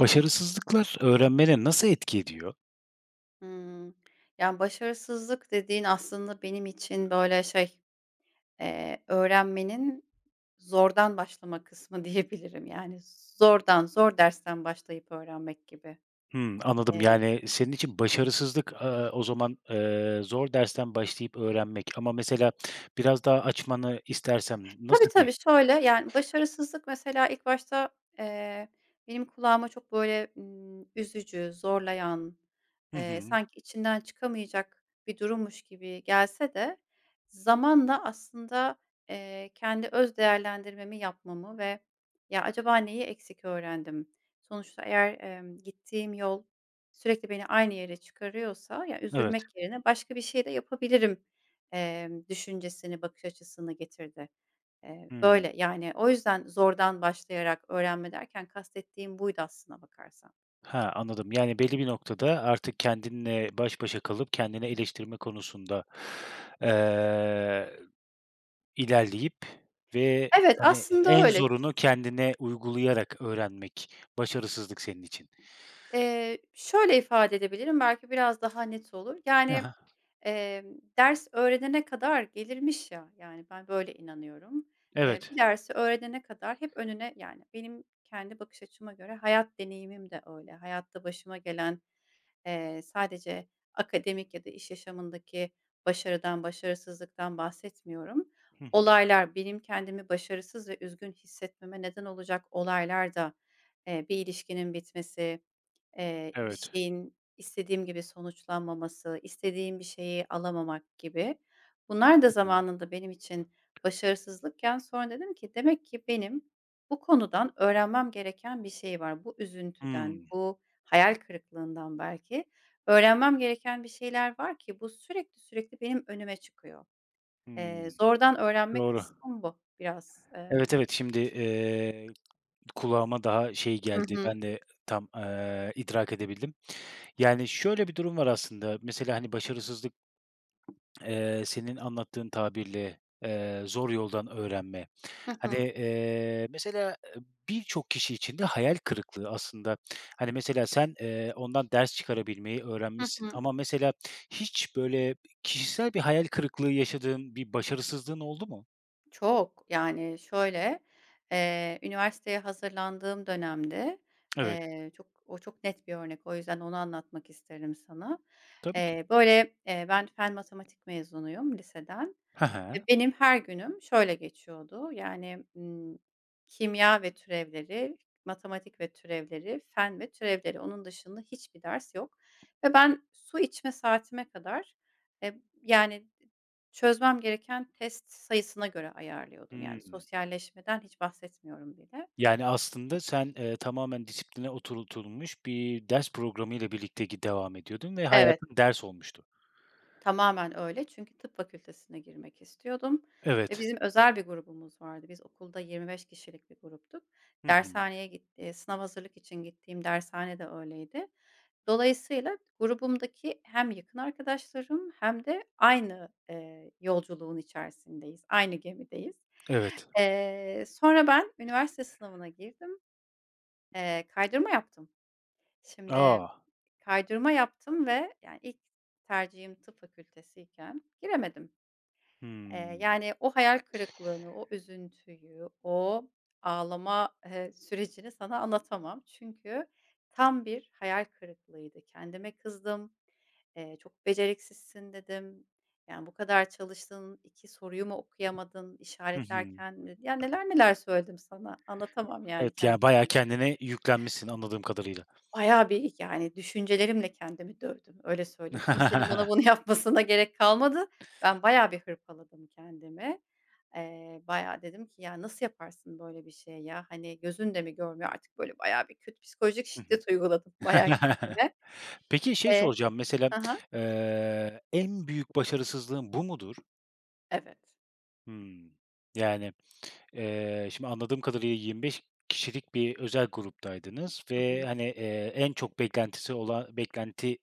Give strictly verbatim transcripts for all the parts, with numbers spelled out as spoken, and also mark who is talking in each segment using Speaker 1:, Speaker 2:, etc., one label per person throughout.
Speaker 1: Başarısızlıklar öğrenmene nasıl etki ediyor?
Speaker 2: Hımm. Yani, başarısızlık dediğin aslında benim için, böyle, şey, eee, öğrenmenin zordan başlama kısmı diyebilirim. Yani, zordan, zor dersten başlayıp öğrenmek gibi.
Speaker 1: Hımm, anladım.
Speaker 2: Eee
Speaker 1: Yani, senin için başarısızlık, aaa, o zaman, eee, zor dersten başlayıp öğrenmek ama mesela biraz daha açmanı istersem
Speaker 2: Tabii,
Speaker 1: nasıl bir…
Speaker 2: tabii. Şöyle, yani, başarısızlık mesela ilk başta, eee, benim kulağıma çok, böyle, ımm, üzücü, zorlayan,
Speaker 1: Hı
Speaker 2: eee,
Speaker 1: hı.
Speaker 2: sanki içinden çıkamayacak bir durummuş gibi gelse de zamanla aslında, eee, kendi öz değerlendirmemi yapmamı ve "Ya, acaba neyi eksik öğrendim?" Sonuçta eğer, emm, gittiğim yol sürekli beni aynı yere çıkarıyorsa, ya,
Speaker 1: Evet.
Speaker 2: üzülmek yerine başka bir şey de yapabilirim, emm, düşüncesini, bakış açısını getirdi. Eee,
Speaker 1: Hımm.
Speaker 2: böyle, yani, o yüzden zordan başlayarak öğrenme derken kastettiğim buydu aslına bakarsan.
Speaker 1: Ha, anladım. Yani, belli bir noktada artık kendinle baş başa kalıp kendini eleştirme konusunda, eee, ilerleyip ve,
Speaker 2: Evet,
Speaker 1: hani,
Speaker 2: aslında
Speaker 1: en
Speaker 2: öyle.
Speaker 1: zorunu kendine uygulayarak öğrenmek başarısızlık senin için.
Speaker 2: Eee, şöyle ifade edebilirim, belki biraz daha net olur.
Speaker 1: Hı
Speaker 2: Yani,
Speaker 1: hı.
Speaker 2: emm, ders öğrenene kadar gelirmiş ya, yani, ben böyle inanıyorum. Eee,
Speaker 1: Evet.
Speaker 2: bir dersi öğrenene kadar hep önüne yani, benim kendi bakış açıma göre hayat deneyimim de öyle. Hayatta başıma gelen, eee, sadece akademik ya da iş yaşamındaki başarıdan, başarısızlıktan bahsetmiyorum.
Speaker 1: Hı hı.
Speaker 2: Olaylar, benim kendimi başarısız ve üzgün hissetmeme neden olacak olaylar da, eee, bir ilişkinin bitmesi. Eee, bir
Speaker 1: Evet.
Speaker 2: şeyin istediğim gibi sonuçlanmaması, istediğim bir şeyi alamamak gibi. Bunlar da
Speaker 1: Hı hı.
Speaker 2: zamanında benim için başarısızlıkken sonra dedim ki demek ki benim bu konudan öğrenmem gereken bir şey var. Bu üzüntüden,
Speaker 1: Hımm.
Speaker 2: bu hayal kırıklığından belki öğrenmem gereken bir şeyler var ki bu sürekli sürekli benim önüme çıkıyor. Eee,
Speaker 1: Hımm.
Speaker 2: zordan öğrenme
Speaker 1: Doğru.
Speaker 2: kısmım bu biraz. Eee
Speaker 1: Evet, evet. Şimdi, eee, kulağıma daha şey
Speaker 2: Hı
Speaker 1: geldi.
Speaker 2: hı.
Speaker 1: Ben de tam, eee, idrak edebildim. Yani, şöyle bir durum var aslında. Mesela, hani, başarısızlık… Eee, senin anlattığın tabirle, eee, zor yoldan öğrenme.
Speaker 2: Hı
Speaker 1: Hani,
Speaker 2: hı.
Speaker 1: eee, mesela, eee, birçok kişi için de hayal kırıklığı aslında. Hani, mesela sen, eee, ondan ders çıkarabilmeyi
Speaker 2: Hı
Speaker 1: öğrenmişsin
Speaker 2: hı.
Speaker 1: ama mesela hiç böyle kişisel bir hayal kırıklığı yaşadığın, bir başarısızlığın oldu mu?
Speaker 2: Çok. Yani, şöyle, eee, üniversiteye hazırlandığım dönemde,
Speaker 1: Evet,
Speaker 2: eee, çok o çok net bir örnek. O yüzden onu anlatmak isterim sana.
Speaker 1: tabii ki.
Speaker 2: Eee, böyle, eee, ben fen matematik mezunuyum liseden.
Speaker 1: He he.
Speaker 2: Eee, benim her günüm şöyle geçiyordu. Yani, ımm, kimya ve türevleri, matematik ve türevleri, fen ve türevleri. Onun dışında hiçbir ders yok ve ben su içme saatime kadar, eee, yani, çözmem gereken test sayısına göre ayarlıyordum. Yani,
Speaker 1: Hımm.
Speaker 2: sosyalleşmeden hiç bahsetmiyorum bile.
Speaker 1: Yani, aslında sen, eee, tamamen disipline oturtulmuş bir ders programıyla birlikte gi devam ediyordun ve
Speaker 2: Evet.
Speaker 1: hayatın ders olmuştu.
Speaker 2: Tamamen öyle çünkü tıp fakültesine girmek istiyordum ve
Speaker 1: Evet.
Speaker 2: bizim özel bir grubumuz vardı. Biz okulda yirmi beş kişilik bir gruptuk.
Speaker 1: Hı hı.
Speaker 2: Dershaneye git eee, sınav hazırlık için gittiğim dershane de öyleydi. Dolayısıyla grubumdaki hem yakın arkadaşlarım hem de aynı, eee, yolculuğun içerisindeyiz, aynı gemideyiz.
Speaker 1: Evet.
Speaker 2: Eee, sonra ben üniversite sınavına girdim, eee, kaydırma yaptım. Şimdi
Speaker 1: A!
Speaker 2: Kaydırma yaptım ve yani ilk tercihim tıp fakültesiyken giremedim. Eee,
Speaker 1: Hımm.
Speaker 2: yani o hayal kırıklığını, o üzüntüyü, o ağlama, eee, sürecini sana anlatamam. Çünkü tam bir hayal kırıklığıydı. Kendime kızdım. Eee, "Çok beceriksizsin." dedim. "Yani, bu kadar çalıştın, iki soruyu mu okuyamadın
Speaker 1: Hı hı.
Speaker 2: işaretlerken?" Ya, neler neler söyledim sana. Anlatamam yani
Speaker 1: Evet,
Speaker 2: kendi
Speaker 1: yani, bayağı
Speaker 2: kendime.
Speaker 1: kendine yüklenmişsin anladığım kadarıyla.
Speaker 2: Bayağı bir, yani, düşüncelerimle kendimi dövdüm, öyle söyleyeyim. Kimsenin bana bunu yapmasına gerek kalmadı. Ben bayağı bir hırpaladım kendimi. Eee, bayağı dedim ki, "Ya, nasıl yaparsın böyle bir şey ya? Hani, gözün de mi görmüyor?" Artık böyle bayağı bir kötü psikolojik
Speaker 1: Hı hı.
Speaker 2: şiddet uyguladım bayağı kendime.
Speaker 1: Peki, şey
Speaker 2: Eee
Speaker 1: soracağım, mesela,
Speaker 2: Hı.
Speaker 1: eee, en büyük başarısızlığın bu mudur?
Speaker 2: Evet.
Speaker 1: Hımm.
Speaker 2: Bu.
Speaker 1: Yani, eee, şimdi anladığım kadarıyla yirmi beş kişilik bir özel gruptaydınız
Speaker 2: Hı
Speaker 1: ve,
Speaker 2: hı.
Speaker 1: hani, eee, en çok beklentisi olan beklenti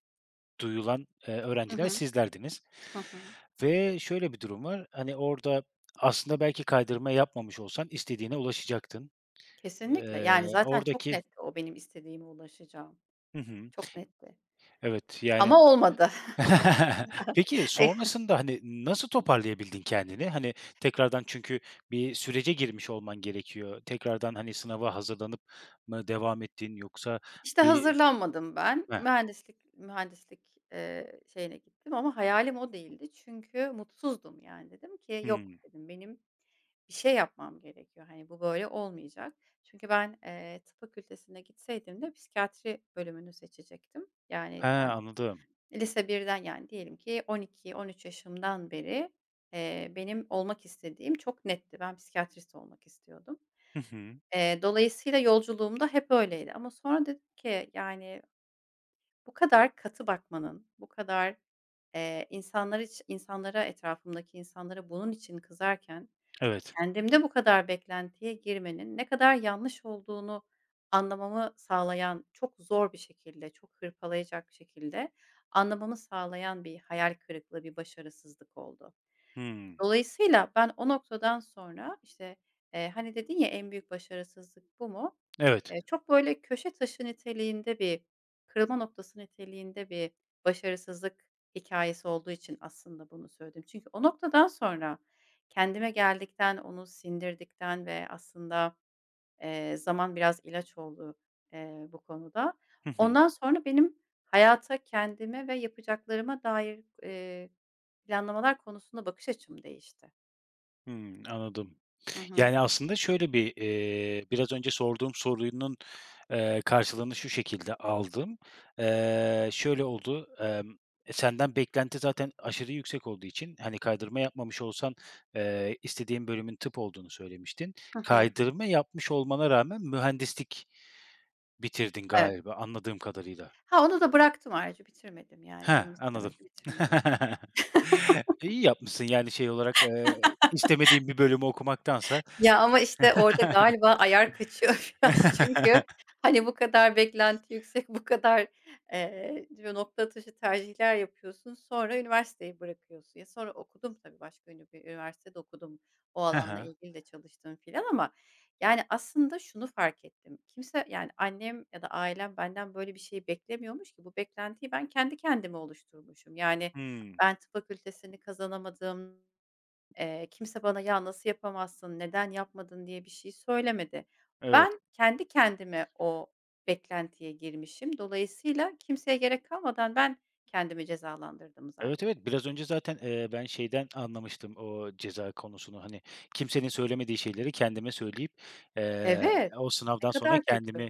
Speaker 1: duyulan, eee,
Speaker 2: Hı
Speaker 1: öğrenciler
Speaker 2: hı.
Speaker 1: sizlerdiniz
Speaker 2: Hı hı.
Speaker 1: ve şöyle bir durum var, hani, orada aslında belki kaydırma yapmamış olsan istediğine ulaşacaktın.
Speaker 2: Kesinlikle.
Speaker 1: Eee,
Speaker 2: Yani, zaten çok
Speaker 1: oradaki…
Speaker 2: netti o benim istediğime ulaşacağım.
Speaker 1: Hı hı.
Speaker 2: Çok netti
Speaker 1: Evet, yani…
Speaker 2: ama olmadı.
Speaker 1: Peki sonrasında, hani, nasıl toparlayabildin kendini? Hani, tekrardan çünkü bir sürece girmiş olman gerekiyor. Tekrardan, hani, sınava hazırlanıp mı devam ettin yoksa
Speaker 2: İşte,
Speaker 1: bir…
Speaker 2: hazırlanmadım ben.
Speaker 1: Heh.
Speaker 2: Mühendislik mühendislik, eee, şeyine gittim ama hayalim o değildi. Çünkü mutsuzdum, yani. Dedim ki, "Yok."
Speaker 1: Hımm.
Speaker 2: dedim, "Benim bir şey yapmam gerekiyor. Hani, bu böyle olmayacak." Çünkü ben, eee, tıp fakültesine gitseydim de psikiyatri bölümünü seçecektim. Yani,
Speaker 1: He,
Speaker 2: ben
Speaker 1: anladım.
Speaker 2: lise birden yani, diyelim ki on iki, on üç yaşımdan beri, eee, benim olmak istediğim çok netti. Ben psikiyatrist olmak istiyordum.
Speaker 1: Hı hı.
Speaker 2: Eee, dolayısıyla yolculuğumda hep öyleydi ama sonra dedim ki, yani bu kadar katı bakmanın, bu kadar, eee, insanlar için insanlara, etrafımdaki insanlara bunun için kızarken
Speaker 1: Evet.
Speaker 2: kendimde bu kadar beklentiye girmenin ne kadar yanlış olduğunu anlamamı sağlayan, çok zor bir şekilde, çok hırpalayacak bir şekilde anlamamı sağlayan bir hayal kırıklığı, bir başarısızlık oldu.
Speaker 1: Hımm.
Speaker 2: Dolayısıyla ben o noktadan sonra, işte, eee, hani, dedin ya, "En büyük başarısızlık bu mu?"
Speaker 1: Evet.
Speaker 2: Eee, çok böyle köşe taşı niteliğinde bir, kırılma noktası niteliğinde bir başarısızlık hikayesi olduğu için aslında bunu söyledim. Çünkü o noktadan sonra kendime geldikten, onu sindirdikten ve aslında. Eee, zaman biraz ilaç oldu, eee, bu konuda.
Speaker 1: Hı hı.
Speaker 2: Ondan sonra benim hayata, kendime ve yapacaklarıma dair, eee, planlamalar konusunda bakış açım değişti.
Speaker 1: Hımm, anladım.
Speaker 2: Hı hı.
Speaker 1: Yani, aslında şöyle bir, eee, biraz önce sorduğum sorunun, eee, karşılığını şu şekilde aldım. Eee, şöyle oldu, emm, e, senden beklenti zaten aşırı yüksek olduğu için, hani, kaydırma yapmamış olsan, eee, istediğin bölümün tıp olduğunu söylemiştin.
Speaker 2: Hı hı.
Speaker 1: Kaydırma yapmış olmana rağmen mühendislik bitirdin
Speaker 2: Evet.
Speaker 1: galiba anladığım kadarıyla.
Speaker 2: Ha, onu da bıraktım ayrıca bitirmedim yani
Speaker 1: Heh,
Speaker 2: canım
Speaker 1: anladım.
Speaker 2: istemedi, bitirmedim.
Speaker 1: İyi yapmışsın, yani, şey olarak, eee, istemediğin bir bölümü okumaktansa.
Speaker 2: Ya, ama, işte, orada galiba ayar kaçıyor biraz çünkü, hani, bu kadar beklenti yüksek, bu kadar, eee, böyle nokta atışı tercihler yapıyorsun. Sonra üniversiteyi bırakıyorsun. Ya, sonra okudum tabii, başka ünü bir üniversitede okudum. O
Speaker 1: He
Speaker 2: alanla
Speaker 1: he.
Speaker 2: ilgili de çalıştım filan ama, yani, aslında şunu fark ettim. Kimse, yani, annem ya da ailem benden böyle bir şey beklemiyormuş ki bu beklentiyi ben kendi kendime oluşturmuşum. Yani,
Speaker 1: Hımm.
Speaker 2: ben tıp fakültesini kazanamadım. Eee, kimse bana "Ya, nasıl yapamazsın, neden yapmadın?" diye bir şey söylemedi.
Speaker 1: Evet.
Speaker 2: Ben kendi kendime o beklentiye girmişim. Dolayısıyla kimseye gerek kalmadan ben kendimi cezalandırdım
Speaker 1: Evet,
Speaker 2: zaten.
Speaker 1: evet. Biraz önce zaten, eee, ben şeyden anlamıştım o ceza konusunu, hani, kimsenin söylemediği şeyleri kendime söyleyip, eee,
Speaker 2: Evet,
Speaker 1: o
Speaker 2: ne
Speaker 1: sınavdan sonra
Speaker 2: kadar kötü.
Speaker 1: kendimi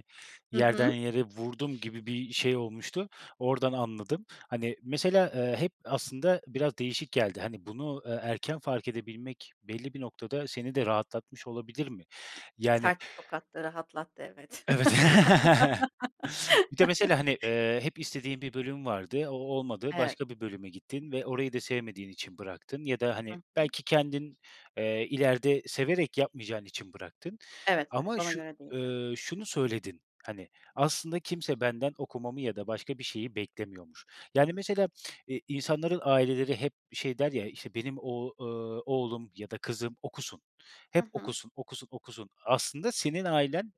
Speaker 2: Hı
Speaker 1: yerden
Speaker 2: hı.
Speaker 1: yere vurdum gibi bir şey olmuştu. Oradan anladım. Hani, mesela, eee, hep aslında biraz değişik geldi. Hani, bunu, eee, erken fark edebilmek belli bir noktada seni de rahatlatmış olabilir mi? Yani…
Speaker 2: Sert bir tokattı, rahatlattı evet.
Speaker 1: Evet. Bir de mesela, hani, eee, hep istediğin bir bölüm vardı, o olmadı,
Speaker 2: Evet.
Speaker 1: başka bir bölüme gittin ve orayı da sevmediğin için bıraktın ya da,
Speaker 2: Hı
Speaker 1: hani,
Speaker 2: hı.
Speaker 1: belki kendin, eee, ileride severek yapmayacağın için bıraktın
Speaker 2: Evet, evet,
Speaker 1: ama
Speaker 2: bana
Speaker 1: şu,
Speaker 2: göre değildi.
Speaker 1: eee, şunu söyledin, hani, "Aslında kimse benden okumamı ya da başka bir şeyi beklemiyormuş." Yani, mesela, eee, insanların aileleri hep şey der ya, işte, "Benim o eee, oğlum ya da kızım okusun,
Speaker 2: Hı
Speaker 1: hep
Speaker 2: hı.
Speaker 1: okusun, okusun, okusun." Aslında senin ailen…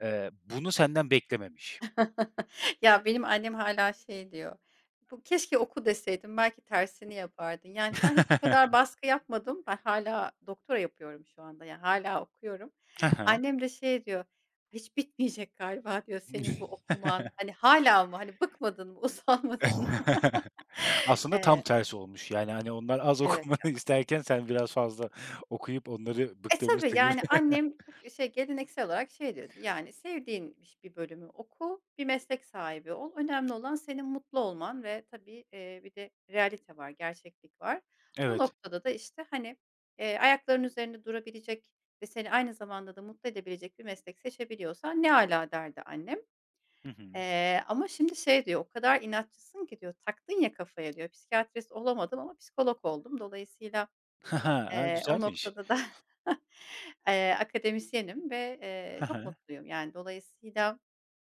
Speaker 1: Eee, bunu senden beklememiş.
Speaker 2: Ya, benim annem hala şey diyor, "Bu keşke oku deseydim belki tersini yapardın." Yani, ben hiç bu kadar baskı yapmadım. Ben hala doktora yapıyorum şu anda, yani, hala okuyorum.
Speaker 1: Hı hı.
Speaker 2: Annem de şey diyor, "Hiç bitmeyecek galiba." diyor, "Senin bu okuman." Hani, hala mı, hani, bıkmadın mı, usanmadın mı?
Speaker 1: Aslında tam
Speaker 2: Eee,
Speaker 1: tersi olmuş. Yani, hani, onlar az
Speaker 2: evet
Speaker 1: okumanı
Speaker 2: ya.
Speaker 1: isterken sen biraz fazla okuyup onları
Speaker 2: E, tabii,
Speaker 1: bıktırmışsın gibi.
Speaker 2: yani, annem çok şey, geleneksel olarak şey diyordu, yani, sevdiğin biş bir bölümü oku, bir meslek sahibi ol. Önemli olan senin mutlu olman ve tabii, eee, bir de realite var, gerçeklik var. O
Speaker 1: Evet.
Speaker 2: noktada da, işte, hani, eee, ayaklarının üzerinde durabilecek ve seni aynı zamanda da mutlu edebilecek bir meslek seçebiliyorsan ne ala derdi annem.
Speaker 1: Hı hı.
Speaker 2: Eee, ama şimdi şey diyor, o kadar inatçısın ki diyor, taktın ya kafaya diyor, psikiyatrist olamadım ama psikolog oldum. Dolayısıyla.
Speaker 1: Hı hı. A,
Speaker 2: Eee, o
Speaker 1: güzelmiş.
Speaker 2: noktada da, eee, akademisyenim ve, eee,
Speaker 1: Hı
Speaker 2: çok
Speaker 1: hı.
Speaker 2: mutluyum. Yani, dolayısıyla,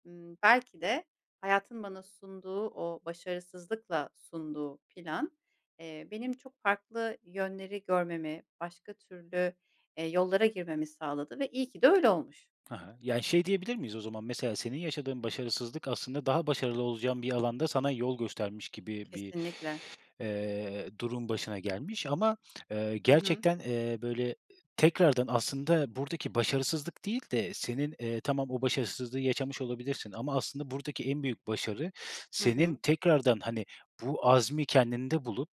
Speaker 2: ımm, belki de hayatın bana sunduğu o başarısızlıkla sunduğu plan, eee, benim çok farklı yönleri görmemi, başka türlü, eee, yollara girmemi sağladı ve iyi ki de öyle olmuş.
Speaker 1: Hı hı. Yani, şey diyebilir miyiz o zaman mesela senin yaşadığın başarısızlık aslında daha başarılı olacağın bir alanda sana yol göstermiş gibi bir
Speaker 2: Kesinlikle.
Speaker 1: eee, durum başına gelmiş ama, eee,
Speaker 2: Hı hı.
Speaker 1: gerçekten, eee, böyle tekrardan aslında buradaki başarısızlık değil de senin, eee, tamam o başarısızlığı yaşamış olabilirsin ama aslında buradaki en büyük başarı
Speaker 2: Hı
Speaker 1: senin
Speaker 2: hı.
Speaker 1: tekrardan, hani, bu azmi kendinde bulup,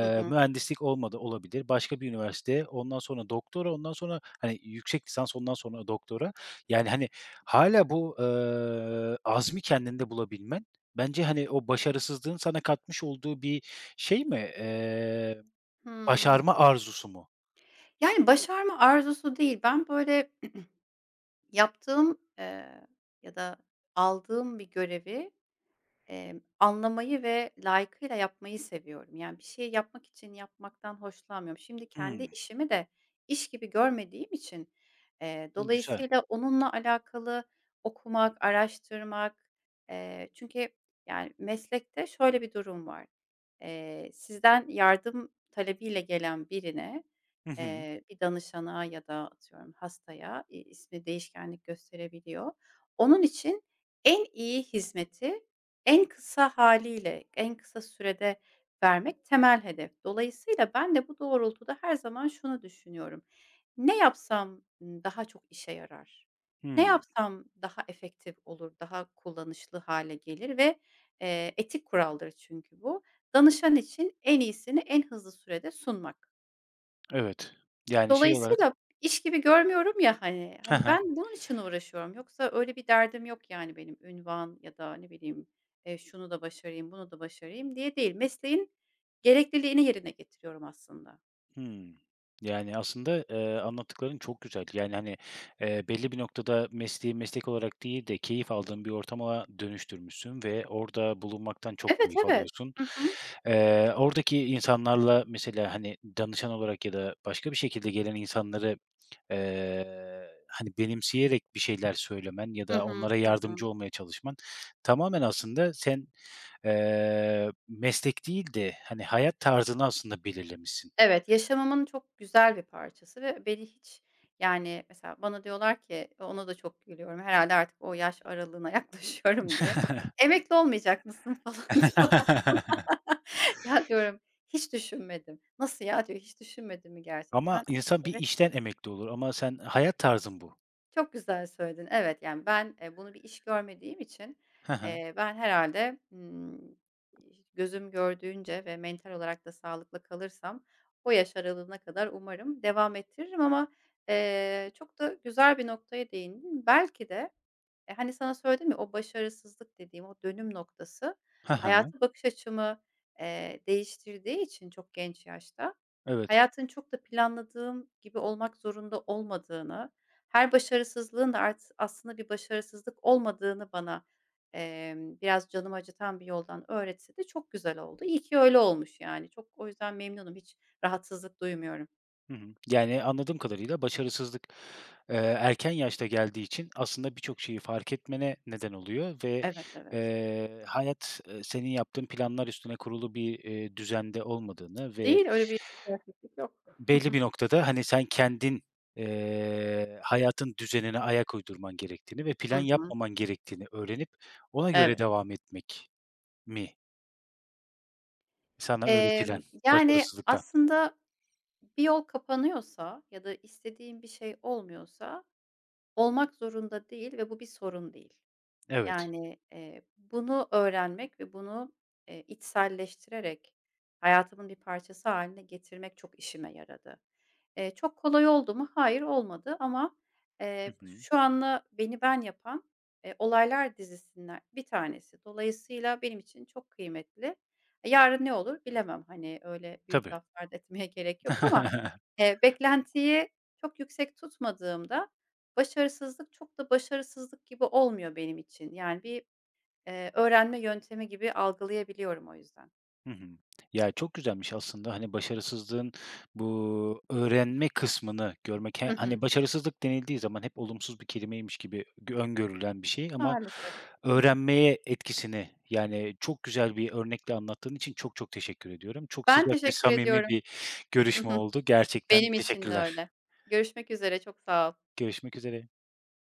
Speaker 2: Hı hı.
Speaker 1: mühendislik olmadı olabilir, başka bir üniversite, ondan sonra doktora, ondan sonra, hani, yüksek lisans, ondan sonra doktora. Yani, hani, hala bu, eee, azmi kendinde bulabilmen bence, hani, o başarısızlığın sana katmış olduğu bir, şey mi, eee,
Speaker 2: Hımm.
Speaker 1: başarma arzusu mu?
Speaker 2: Yani, başarma arzusu değil. Ben, böyle, yaptığım, eee, ya da aldığım bir görevi. Emm, anlamayı ve layıkıyla yapmayı seviyorum. Yani, bir şeyi yapmak için yapmaktan hoşlanmıyorum. Şimdi kendi
Speaker 1: Hımm,
Speaker 2: işimi de iş gibi görmediğim için, eee,
Speaker 1: güzel.
Speaker 2: dolayısıyla onunla alakalı okumak, araştırmak, eee, çünkü, yani, meslekte şöyle bir durum var. Eee, sizden yardım talebiyle gelen birine,
Speaker 1: Hı hı.
Speaker 2: eee, bir danışana ya da atıyorum hastaya, i ismi değişkenlik gösterebiliyor. Onun için en iyi hizmeti en kısa haliyle, en kısa sürede vermek temel hedef. Dolayısıyla ben de bu doğrultuda her zaman şunu düşünüyorum: Ne yapsam, ımm, daha çok işe yarar? Ne
Speaker 1: Hımm,
Speaker 2: yapsam daha efektif olur, daha kullanışlı hale gelir ve, eee, etik kuraldır çünkü bu. Danışan için en iyisini en hızlı sürede sunmak.
Speaker 1: evet. Yani, şey olarak…
Speaker 2: Dolayısıyla iş gibi görmüyorum ya, hani.
Speaker 1: He
Speaker 2: Hani,
Speaker 1: he.
Speaker 2: ben bunun için uğraşıyorum. Yoksa öyle bir derdim yok, yani, benim ünvan ya da ne bileyim, eee, şunu da başarayım, bunu da başarayım diye değil. Mesleğin gerekliliğini yerine getiriyorum aslında.
Speaker 1: Hımm. Yani, aslında, eee, anlattıkların çok güzel. Yani, hani, eee, belli bir noktada mesleği meslek olarak değil de keyif aldığın bir ortama dönüştürmüşsün ve orada bulunmaktan çok
Speaker 2: Evet,
Speaker 1: keyif
Speaker 2: evet.
Speaker 1: alıyorsun.
Speaker 2: Hı hı.
Speaker 1: Eee, oradaki insanlarla mesela, hani, danışan olarak ya da başka bir şekilde gelen insanları… Eee, hani, benimseyerek bir şeyler söylemen ya
Speaker 2: Hı
Speaker 1: da
Speaker 2: hı.
Speaker 1: onlara
Speaker 2: Hı hı.
Speaker 1: yardımcı olmaya çalışman tamamen aslında sen, eee, meslek değil de, hani, hayat tarzını aslında belirlemişsin.
Speaker 2: Evet, yaşamımın çok güzel bir parçası ve beni hiç, yani, mesela bana diyorlar ki ona da çok gülüyorum. Herhalde artık o yaş aralığına yaklaşıyorum diye. "Emekli olmayacak mısın?" falan diyor. Ya, diyorum, "Hiç düşünmedim." "Nasıl ya?" diyor. "Hiç düşünmedin mi
Speaker 1: Ama
Speaker 2: gerçekten?"
Speaker 1: insan bir
Speaker 2: "Evet." diyorum.
Speaker 1: işten emekli olur ama sen hayat tarzın bu.
Speaker 2: "Çok güzel söyledin." Evet, yani, ben, eee, bunu bir iş görmediğim için,
Speaker 1: Hı hı.
Speaker 2: eee, ben herhalde ımm, gözüm gördüğünce ve mental olarak da sağlıklı kalırsam o yaş aralığına kadar umarım devam ettiririm ama, eee, çok da güzel bir noktaya değindin. Belki de e, hani, sana söyledim ya, o başarısızlık dediğim o dönüm noktası
Speaker 1: Hı hı.
Speaker 2: hayata bakış açımı, eee, değiştirdiği için çok genç yaşta
Speaker 1: Evet.
Speaker 2: hayatın çok da planladığım gibi olmak zorunda olmadığını, her başarısızlığın da art aslında bir başarısızlık olmadığını bana, emm, biraz canımı acıtan bir yoldan öğretse de çok güzel oldu. İyi ki öyle olmuş yani. Çok o yüzden memnunum. Hiç rahatsızlık duymuyorum.
Speaker 1: Hı hı. Yani, anladığım kadarıyla başarısızlık, eee, erken yaşta geldiği için aslında birçok şeyi fark etmene neden oluyor ve,
Speaker 2: Evet, evet.
Speaker 1: eee, hayat, eee, senin yaptığın planlar üstüne kurulu bir, eee, düzende olmadığını ve
Speaker 2: Değil, öyle bir Gerçeklik yok.
Speaker 1: belli bir noktada, hani, sen kendin, eee, hayatın düzenine ayak uydurman gerektiğini ve
Speaker 2: Hı
Speaker 1: plan
Speaker 2: hı.
Speaker 1: yapmaman gerektiğini öğrenip ona göre
Speaker 2: Evet.
Speaker 1: devam etmek mi sana öğretilen
Speaker 2: Emm, yani,
Speaker 1: başarısızlıktan?
Speaker 2: aslında bir yol kapanıyorsa ya da istediğin bir şey olmuyorsa olmak zorunda değil ve bu bir sorun değil.
Speaker 1: Evet.
Speaker 2: Yani, eee, bunu öğrenmek ve bunu, eee, içselleştirerek hayatımın bir parçası haline getirmek çok işime yaradı. Eee, çok kolay oldu mu? Hayır, olmadı ama,
Speaker 1: Hı
Speaker 2: eee, bu
Speaker 1: hı.
Speaker 2: şu anla beni ben yapan, eee, olaylar dizisinden bir tanesi. Dolayısıyla benim için çok kıymetli. Yarın ne olur bilemem. Hani, öyle büyük
Speaker 1: Tabii.
Speaker 2: laflar da etmeye gerek yok ama, eee, beklentiyi çok yüksek tutmadığımda Başarısızlık çok da başarısızlık gibi olmuyor benim için. Yani bir, eee, öğrenme yöntemi gibi algılayabiliyorum o yüzden.
Speaker 1: Hı hı. Ya, çok güzelmiş aslında, hani, başarısızlığın bu öğrenme kısmını görmek.
Speaker 2: Hı
Speaker 1: He hani,
Speaker 2: hı.
Speaker 1: başarısızlık denildiği zaman hep olumsuz bir kelimeymiş gibi gö öngörülen bir şey ama
Speaker 2: Maalesef. Hı hı.
Speaker 1: öğrenmeye etkisini, yani, çok güzel bir örnekle anlattığın için çok çok teşekkür ediyorum. Çok
Speaker 2: Ben
Speaker 1: sıcak ve
Speaker 2: teşekkür
Speaker 1: samimi
Speaker 2: ediyorum.
Speaker 1: bir
Speaker 2: Hı
Speaker 1: görüşme
Speaker 2: hı.
Speaker 1: oldu. Gerçekten
Speaker 2: Benim için de
Speaker 1: teşekkürler.
Speaker 2: öyle. Görüşmek üzere, çok sağ ol.
Speaker 1: Görüşmek üzere.